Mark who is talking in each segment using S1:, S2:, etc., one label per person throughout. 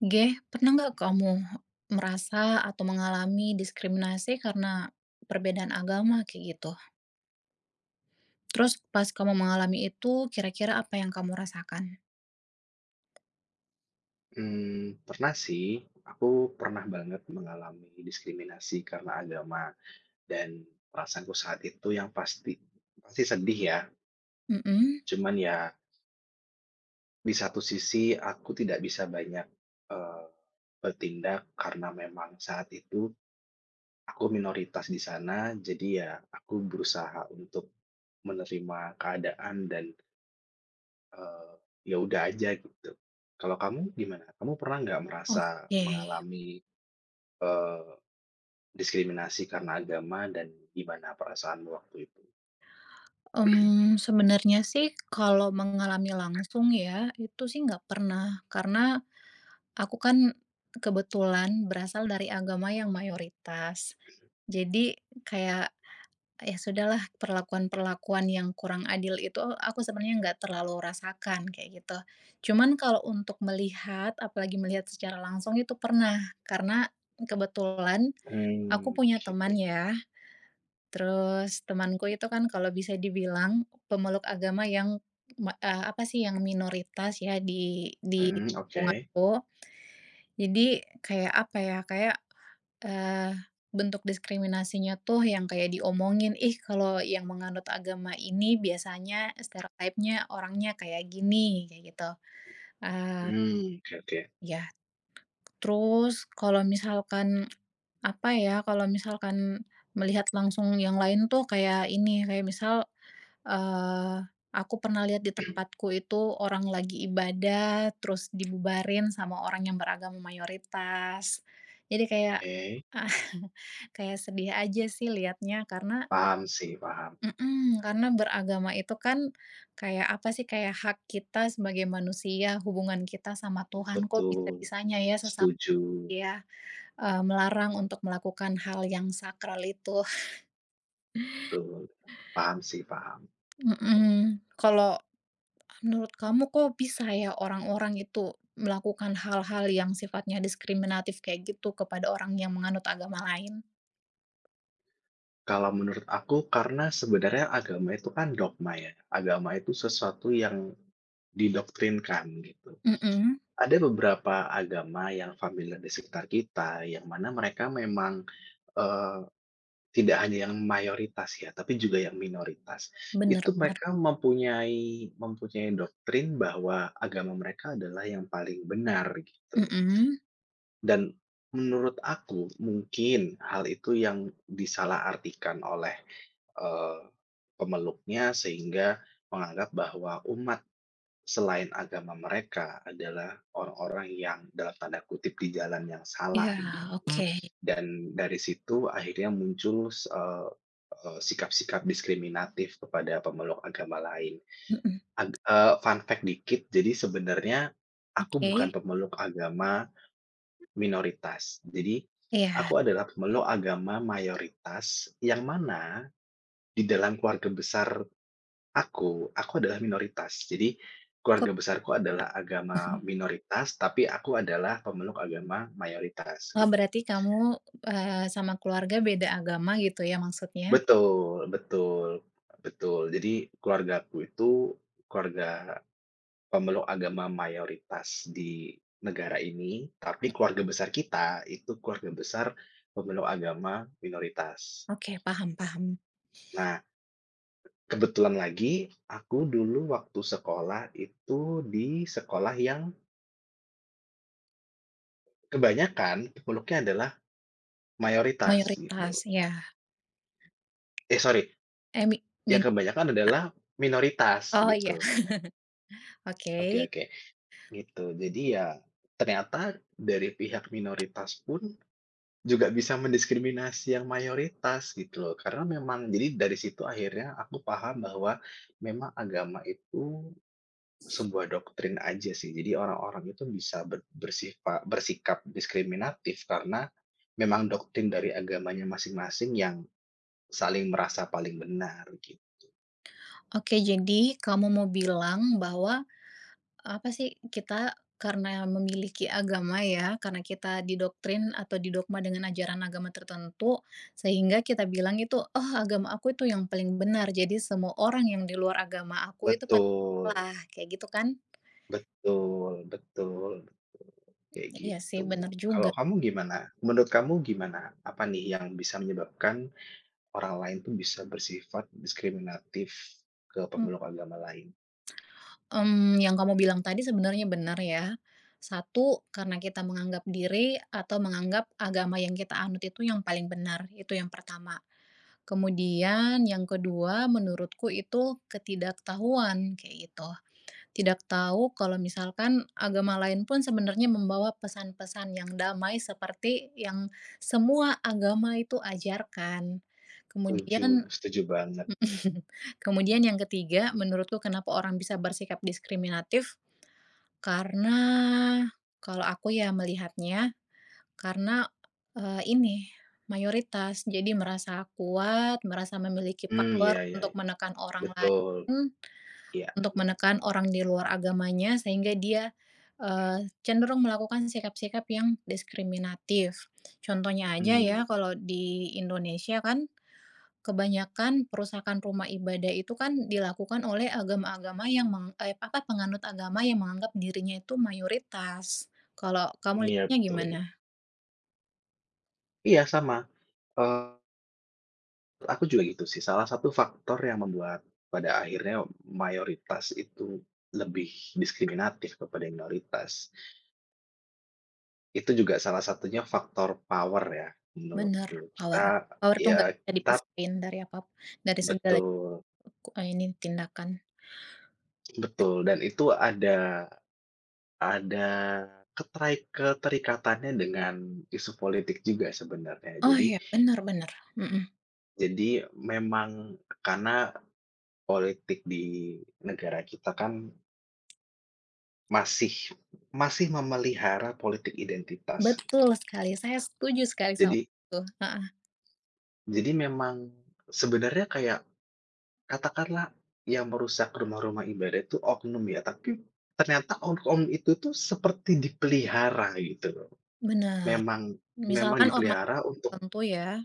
S1: Geh, pernah nggak kamu merasa atau mengalami diskriminasi karena perbedaan agama kayak gitu? Terus pas kamu mengalami itu kira-kira apa yang kamu rasakan?
S2: Pernah sih. Aku pernah banget mengalami diskriminasi karena agama dan perasaanku saat itu yang pasti pasti sedih ya.
S1: Mhm,
S2: Cuman ya di satu sisi aku tidak bisa banyak, eee, bertindak karena memang saat itu aku minoritas di sana. Jadi ya aku berusaha untuk menerima keadaan dan, eee, ya udah aja gitu. Kalau kamu gimana? Kamu pernah nggak merasa
S1: oke.
S2: mengalami, diskriminasi karena agama dan gimana perasaanmu waktu itu?
S1: Sebenarnya sih kalau mengalami langsung ya, itu sih nggak pernah, karena aku kan kebetulan berasal dari agama yang mayoritas. Jadi kayak ya sudahlah, perlakuan-perlakuan yang kurang adil itu aku sebenarnya nggak terlalu rasakan kayak gitu. Cuman kalau untuk melihat, apalagi melihat secara langsung itu pernah, karena kebetulan aku
S2: Mmm,
S1: punya
S2: gitu.
S1: teman ya. Terus temanku itu kan kalau bisa dibilang pemeluk agama yang apa sih, yang minoritas ya di
S2: Mhm, oke.
S1: lingkunganku. Jadi kayak apa ya, kayak, eee, bentuk diskriminasinya tuh yang kayak diomongin, "Ih, kalau yang menganut agama ini biasanya stereotipnya orangnya kayak gini," kayak gitu. Eee,
S2: Mmm, oke oke
S1: Ya, terus kalau misalkan apa ya, kalau misalkan melihat langsung yang lain tuh kayak ini, kayak misal Eee, aku pernah lihat di tempatku itu orang lagi ibadah, terus dibubarin sama orang yang beragama mayoritas. Jadi kayak,
S2: oke.
S1: kayak sedih aja sih liatnya, karena
S2: Paham sih, paham.
S1: mhm, karena beragama itu kan kayak apa sih, kayak hak kita sebagai manusia, hubungan kita sama Tuhan, kok
S2: Betul,
S1: bisa-bisanya ya sesama
S2: setuju,
S1: ya, melarang untuk melakukan hal yang sakral itu.
S2: betul. Paham sih, paham.
S1: Mhm, kalau menurut kamu kok bisa ya orang-orang itu melakukan hal-hal yang sifatnya diskriminatif kayak gitu kepada orang yang menganut agama lain?
S2: Kalau menurut aku karena sebenarnya agama itu kan dogma ya, agama itu sesuatu yang didoktrinkan gitu.
S1: Mhm,
S2: Ada beberapa agama yang familiar di sekitar kita, yang mana mereka memang, eee tidak hanya yang mayoritas ya, tapi juga yang minoritas.
S1: bener
S2: Itu
S1: bener,
S2: mereka mempunyai mempunyai doktrin bahwa agama mereka adalah yang paling benar gitu.
S1: mhm.
S2: Dan menurut aku mungkin hal itu yang disalahartikan oleh, eee, pemeluknya sehingga menganggap bahwa umat selain agama mereka adalah orang-orang yang dalam tanda kutip di jalan yang salah
S1: Iya,
S2: gitu.
S1: oke,
S2: Dan dari situ akhirnya muncul sikap-sikap diskriminatif kepada pemeluk agama lain.
S1: mhm,
S2: Fun fact dikit, jadi sebenarnya aku bukan
S1: oke.
S2: pemeluk agama minoritas. Jadi, aku
S1: Iya,
S2: adalah pemeluk agama mayoritas yang mana di dalam keluarga besar aku adalah minoritas. Jadi,
S1: kok
S2: keluarga besarku adalah agama minoritas, tapi aku adalah pemeluk agama mayoritas,
S1: oh
S2: gitu.
S1: berarti kamu, sama keluarga beda agama gitu ya maksudnya?
S2: Betul betul betul. Jadi keluargaku itu keluarga pemeluk agama mayoritas di negara ini, tapi keluarga besar kita itu keluarga besar pemeluk agama minoritas.
S1: Oke, paham paham,
S2: Nah, kebetulan lagi aku dulu waktu sekolah itu di sekolah yang kebanyakan pemeluknya adalah mayoritas gitu.
S1: mayoritas ya,
S2: Eh, sorry,
S1: eh mi
S2: yang
S1: min
S2: kebanyakan adalah minoritas
S1: oh
S2: gitu.
S1: iya,
S2: Oke
S1: oke.
S2: oke. Gitu. Jadi ya, ternyata dari pihak minoritas pun juga bisa mendiskriminasi yang mayoritas gitu loh. Karena memang jadi dari situ akhirnya aku paham bahwa memang agama itu sebuah doktrin aja sih. Jadi orang-orang itu bisa bersikap diskriminatif karena memang doktrin dari agamanya masing-masing yang saling merasa paling benar gitu.
S1: Oke, jadi kamu mau bilang bahwa apa sih, kita karena memiliki agama ya, karena kita didoktrin atau didogma dengan ajaran agama tertentu, sehingga kita bilang itu, "Oh, agama aku itu yang paling benar, jadi semua orang yang di luar agama aku itu pasti
S2: Betul,
S1: salah," kayak gitu kan?
S2: betul, betul. Kayak
S1: Iya sih,
S2: gitu.
S1: benar juga.
S2: Kalau kamu gimana? Menurut kamu gimana? Apa nih yang bisa menyebabkan orang lain tuh bisa bersifat diskriminatif ke
S1: M
S2: pemeluk agama lain?
S1: yang kamu bilang tadi sebenarnya benar ya. Satu, karena kita menganggap diri atau menganggap agama yang kita anut itu yang paling benar, itu yang pertama. Kemudian yang kedua menurutku itu ketidaktahuan kayak gitu. Tidak tahu kalau misalkan agama lain pun sebenarnya membawa pesan-pesan yang damai seperti yang semua agama itu ajarkan.
S2: Setuju,
S1: Kemudian
S2: setuju banget.
S1: kemudian yang ketiga menurutku kenapa orang bisa bersikap diskriminatif, karena kalau aku ya melihatnya karena, ini, mayoritas. Jadi merasa kuat, merasa memiliki
S2: Hmm,
S1: power
S2: iya iya
S1: untuk
S2: iya.
S1: menekan orang lain,
S2: Betul, iya.
S1: untuk menekan orang di luar agamanya sehingga dia, cenderung melakukan sikap-sikap yang diskriminatif. Contohnya aja ya
S2: Hmm,
S1: kalau di Indonesia kan kebanyakan perusakan rumah ibadah itu kan dilakukan oleh agama-agama yang apa, penganut agama yang menganggap dirinya itu mayoritas. Kalau kamu
S2: iya
S1: lihatnya
S2: betul.
S1: gimana?
S2: Iya sama, eee, aku juga gitu sih. Salah satu faktor yang membuat pada akhirnya mayoritas itu lebih diskriminatif kepada minoritas. Itu juga salah satunya faktor power ya
S1: Bener,
S2: menurutku.
S1: power
S2: Kita
S1: power tuh
S2: ya
S1: nggak bisa
S2: kita
S1: dipisahin dari apa dari segala
S2: betul
S1: ini tindakan.
S2: betul dan itu ada keterikatannya dengan isu politik juga sebenarnya.
S1: Oh
S2: Jadi
S1: iya, bener bener, mhm,
S2: memang karena politik di negara kita kan masih masih memelihara politik identitas.
S1: betul sekali, saya setuju sekali sama
S2: Jadi
S1: itu, heeh,
S2: memang sebenarnya kayak katakanlah yang merusak rumah-rumah ibadah itu oknum ya, tapi ternyata oknum itu tuh seperti dipelihara gitu loh.
S1: bener.
S2: Memang memang
S1: Misalkan ormas
S2: dipelihara untuk
S1: tertentu ya,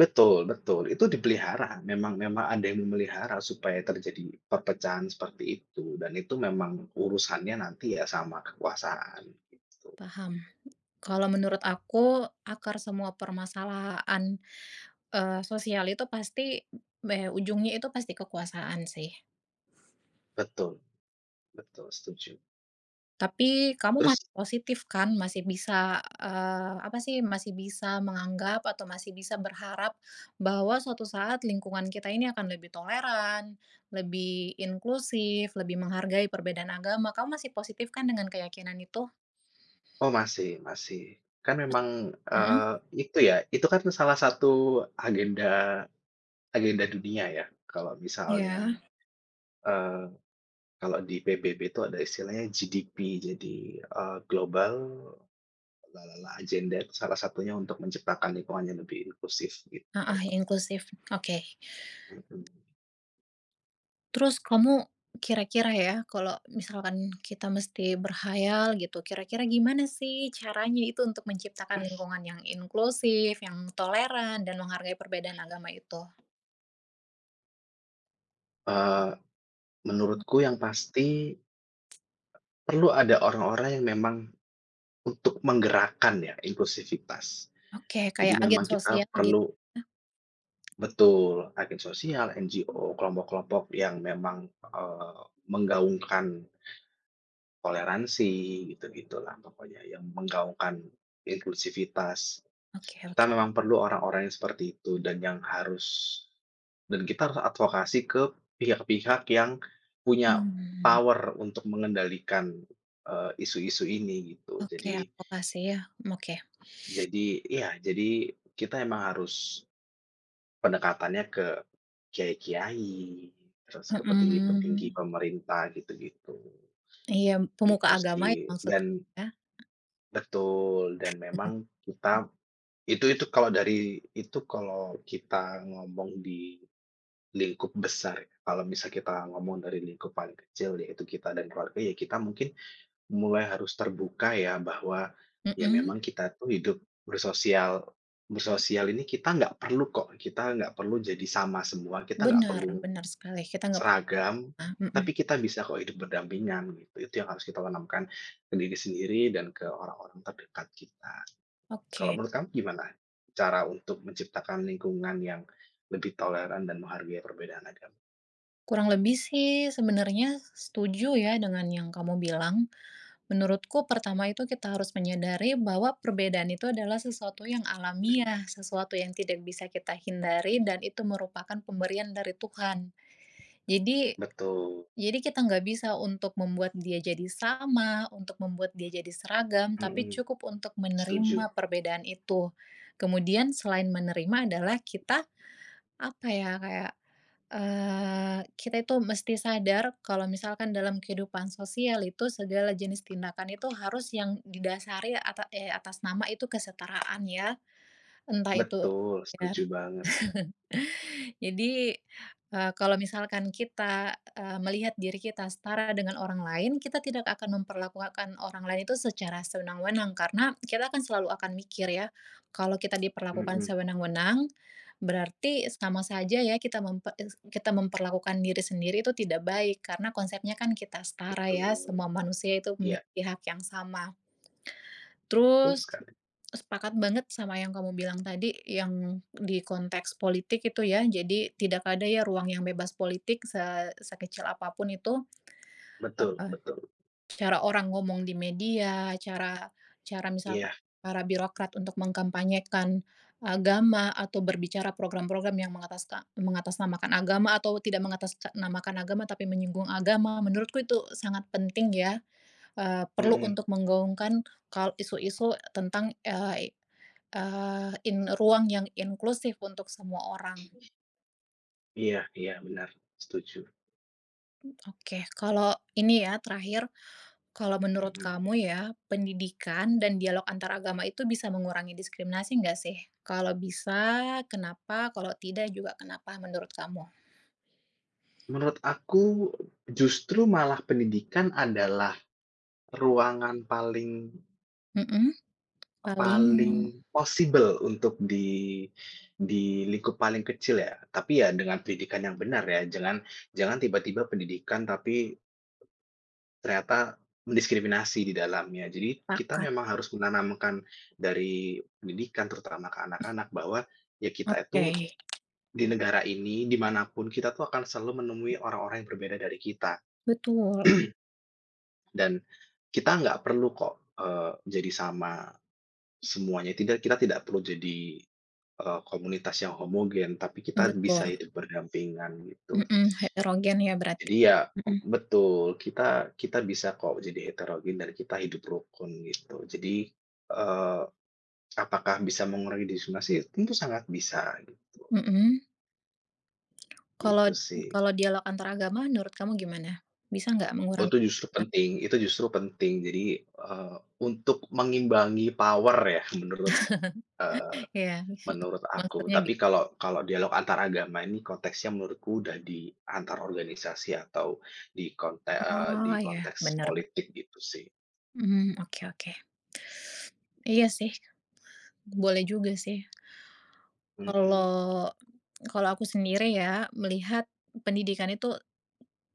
S2: betul betul, itu dipelihara, memang memang ada yang memelihara supaya terjadi perpecahan seperti itu dan itu memang urusannya nanti ya sama kekuasaan gitu.
S1: paham. Kalau menurut aku, akar semua permasalahan, sosial itu pasti, ujungnya itu pasti kekuasaan sih.
S2: Betul betul, setuju.
S1: Tapi kamu
S2: Terus,
S1: masih positif kan? Masih bisa, apa sih, masih bisa menganggap atau masih bisa berharap bahwa suatu saat lingkungan kita ini akan lebih toleran, lebih inklusif, lebih menghargai perbedaan agama. Kamu masih positif kan dengan keyakinan itu?
S2: oh, masih masih. Kan memang,
S1: Mm-mm.
S2: eee, itu ya, itu kan salah satu agenda Agenda dunia ya, kalau
S1: Ya,
S2: misalnya, eee, kalau di PBB itu ada istilahnya GDP, jadi, Global Lalala Agenda itu salah satunya untuk menciptakan lingkungan yang lebih inklusif gitu,
S1: ah heeh, inklusif, oke.
S2: mhm.
S1: Terus kamu kira-kira ya, kalau misalkan kita mesti berhayal gitu, kira-kira gimana sih caranya itu untuk menciptakan lingkungan yang inklusif, yang toleran, dan menghargai perbedaan agama itu?
S2: Eee, menurutku yang pasti perlu ada orang-orang yang memang untuk menggerakkan ya inklusivitas.
S1: Oke,
S2: Jadi
S1: kayak agen
S2: memang kita
S1: sosial gitu
S2: perlu
S1: ya?
S2: betul, agen sosial, NGO, kelompok-kelompok yang memang, menggaungkan toleransi, gitu-gitulah pokoknya yang menggaungkan inklusivitas.
S1: Oke
S2: Kita
S1: oke.
S2: memang perlu orang-orang yang seperti itu dan yang harus dan kita harus advokasi ke pihak-pihak yang punya
S1: Mmm,
S2: power untuk mengendalikan, isu-isu ini gitu.
S1: oke
S2: Jadi
S1: aku kasih ya, oke,
S2: jadi ya jadi kita emang harus pendekatannya ke kiai-kiai, terus ke petinggi-petinggi
S1: mhm,
S2: pemerintah gitu-gitu.
S1: iya pemuka
S2: Gitu
S1: agama
S2: sih
S1: ya
S2: dan
S1: maksudnya?
S2: betul, dan memang kita itu kalau dari itu kalau kita ngomong di lingkup besar ya, kalau misal kita ngomong dari lingkup paling kecil yaitu kita dan keluarga, ya kita mungkin mulai harus terbuka ya bahwa, ya
S1: Mhm,
S2: memang kita tuh hidup bersosial bersosial ini kita nggak perlu kok, kita nggak perlu jadi sama semua, kita nggak
S1: benar
S2: perlu
S1: bener sekali, kita nggak pernah
S2: seragam,
S1: mhm,
S2: tapi kita bisa kok hidup berdampingan gitu, itu yang harus kita tanamkan ke diri sendiri dan ke orang-orang terdekat kita. Kalau
S1: oke.
S2: menurut kamu gimana cara untuk menciptakan lingkungan yang lebih toleran dan menghargai perbedaan agama?
S1: Kurang lebih sih sebenarnya setuju ya dengan yang kamu bilang. Menurutku pertama itu kita harus menyadari bahwa perbedaan itu adalah sesuatu yang alamiah, sesuatu yang tidak bisa kita hindari dan itu merupakan pemberian dari Tuhan. Jadi
S2: Betul,
S1: jadi kita nggak bisa untuk membuat dia jadi sama, untuk membuat dia jadi seragam, tapi
S2: mhm,
S1: cukup untuk
S2: setuju.
S1: menerima perbedaan itu. Kemudian selain menerima adalah kita apa ya kayak kita itu mesti sadar kalau misalkan dalam kehidupan sosial itu segala jenis tindakan itu harus yang didasari atas nama itu kesetaraan ya, entah itu
S2: Betul,
S1: ya
S2: setuju banget.
S1: jadi, kalau misalkan kita, melihat diri kita setara dengan orang lain, kita tidak akan memperlakukan orang lain itu secara sewenang-wenang karena kita akan selalu akan mikir ya, kalau kita diperlakukan
S2: Mhm,
S1: sewenang-wenang, berarti sama saja ya kita mempe es kita memperlakukan diri sendiri itu tidak baik karena konsepnya kan kita setara ya,
S2: betul.
S1: semua manusia itu
S2: Iya,
S1: memiliki hak yang sama.
S2: betul
S1: Terus
S2: sekali.
S1: sepakat banget sama yang kamu bilang tadi, yang di konteks politik itu ya, jadi tidak ada ya ruang yang bebas politik sekecil apapun itu,
S2: Betul
S1: eee,
S2: betul.
S1: cara orang ngomong di media, cara cara misalkan
S2: Iya,
S1: para birokrat untuk mengkampanyekan agama atau berbicara program-program yang mengatasnamakan agama atau tidak mengatasnamakan agama tapi menyinggung agama, menurutku itu sangat penting ya. Perlu
S2: mhm,
S1: untuk menggaungkan isu-isu tentang, eee eee, in ruang yang inklusif untuk semua orang.
S2: iya iya, benar, setuju,
S1: Oke, kalau ini ya terakhir, kalau menurut
S2: mhm.
S1: kamu ya, pendidikan dan dialog antar agama itu bisa mengurangi diskriminasi nggak sih? Kalau bisa, kenapa? Kalau tidak juga kenapa menurut kamu?
S2: Menurut aku justru malah pendidikan adalah ruangan paling
S1: Mhm, paling
S2: Paling possible untuk di lingkup paling kecil ya, tapi ya dengan pendidikan yang benar ya, jangan jangan tiba-tiba pendidikan tapi ternyata mendiskriminasi di dalamnya. Jadi kita
S1: pakat.
S2: memang harus menanamkan dari pendidikan terutama ke anak-anak bahwa ya kita
S1: Oke,
S2: itu di negara ini, dimanapun kita tuh akan selalu menemui orang-orang yang berbeda dari kita
S1: betul
S2: dan kita nggak perlu kok, jadi sama semuanya, tidak kita tidak perlu jadi komunitas yang homogen, tapi kita
S1: betul,
S2: bisa hidup berdampingan gitu.
S1: mhm, heterogen ya berarti.
S2: Jadi ya
S1: Mhm
S2: betul, kita kita bisa kok jadi heterogen dan kita hidup rukun gitu. Jadi, eee, apakah bisa mengurangi diskriminasi? Tentu sangat bisa,
S1: mhm. Kalau
S2: gitu sih.
S1: kalau dialog antar agama menurut kamu gimana? Bisa nggak
S2: Oh
S1: mengurangi
S2: itu justru
S1: nah,
S2: penting itu justru penting. Jadi, untuk mengimbangi power ya eh,
S1: ya,
S2: Menurut aku,
S1: maksudnya
S2: tapi
S1: gitu.
S2: kalau kalau dialog antar agama ini konteksnya menurutku udah di antar organisasi atau di konte di
S1: Oh ya,
S2: konteks
S1: benar.
S2: politik gitu sih.
S1: Mmm, oke oke. Iya sih, boleh juga sih.
S2: Mhm,
S1: Kalau kalau aku sendiri ya, melihat pendidikan itu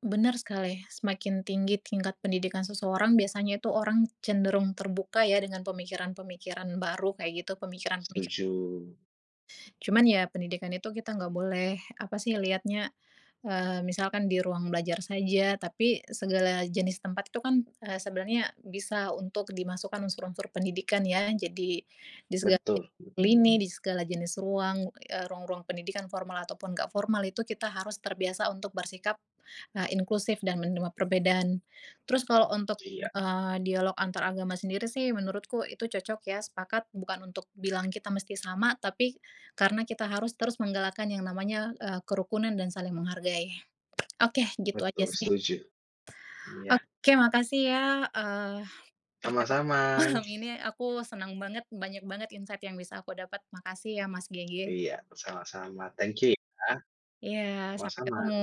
S1: benar sekali, semakin tinggi tingkat pendidikan seseorang, biasanya itu orang cenderung terbuka ya dengan pemikiran-pemikiran baru kayak gitu, pemikiran-pemikiran
S2: setuju.
S1: cuman ya pendidikan itu kita nggak boleh, apa sih, lihatnya misalkan di ruang belajar saja, tapi segala jenis tempat itu kan, sebenarnya bisa untuk dimasukkan unsur-unsur pendidikan ya. Jadi di segala
S2: Betul
S1: je
S2: betul.
S1: lini, di segala jenis ruang, ruang-ruang pendidikan formal ataupun nggak formal itu kita harus terbiasa untuk bersikap, inklusif dan menerima perbedaan. Terus kalau untuk,
S2: Iya,
S1: dialog antar agama sendiri sih menurutku itu cocok ya, sepakat bukan untuk bilang kita mesti sama, tapi karena kita harus terus menggalakkan yang namanya, kerukunan dan saling menghargai. Oke, gitu aja
S2: betul,
S1: sih.
S2: setuju. Iya,
S1: Oke, makasih ya, eee, percakapan
S2: sama-sama.
S1: malam ini aku senang banget, banyak banget insight yang bisa aku dapat. Makasih ya Mas Gege.
S2: Iya, sama-sama. Thank you ya.
S1: Iya, sampai
S2: Sama-sama.
S1: ketemu.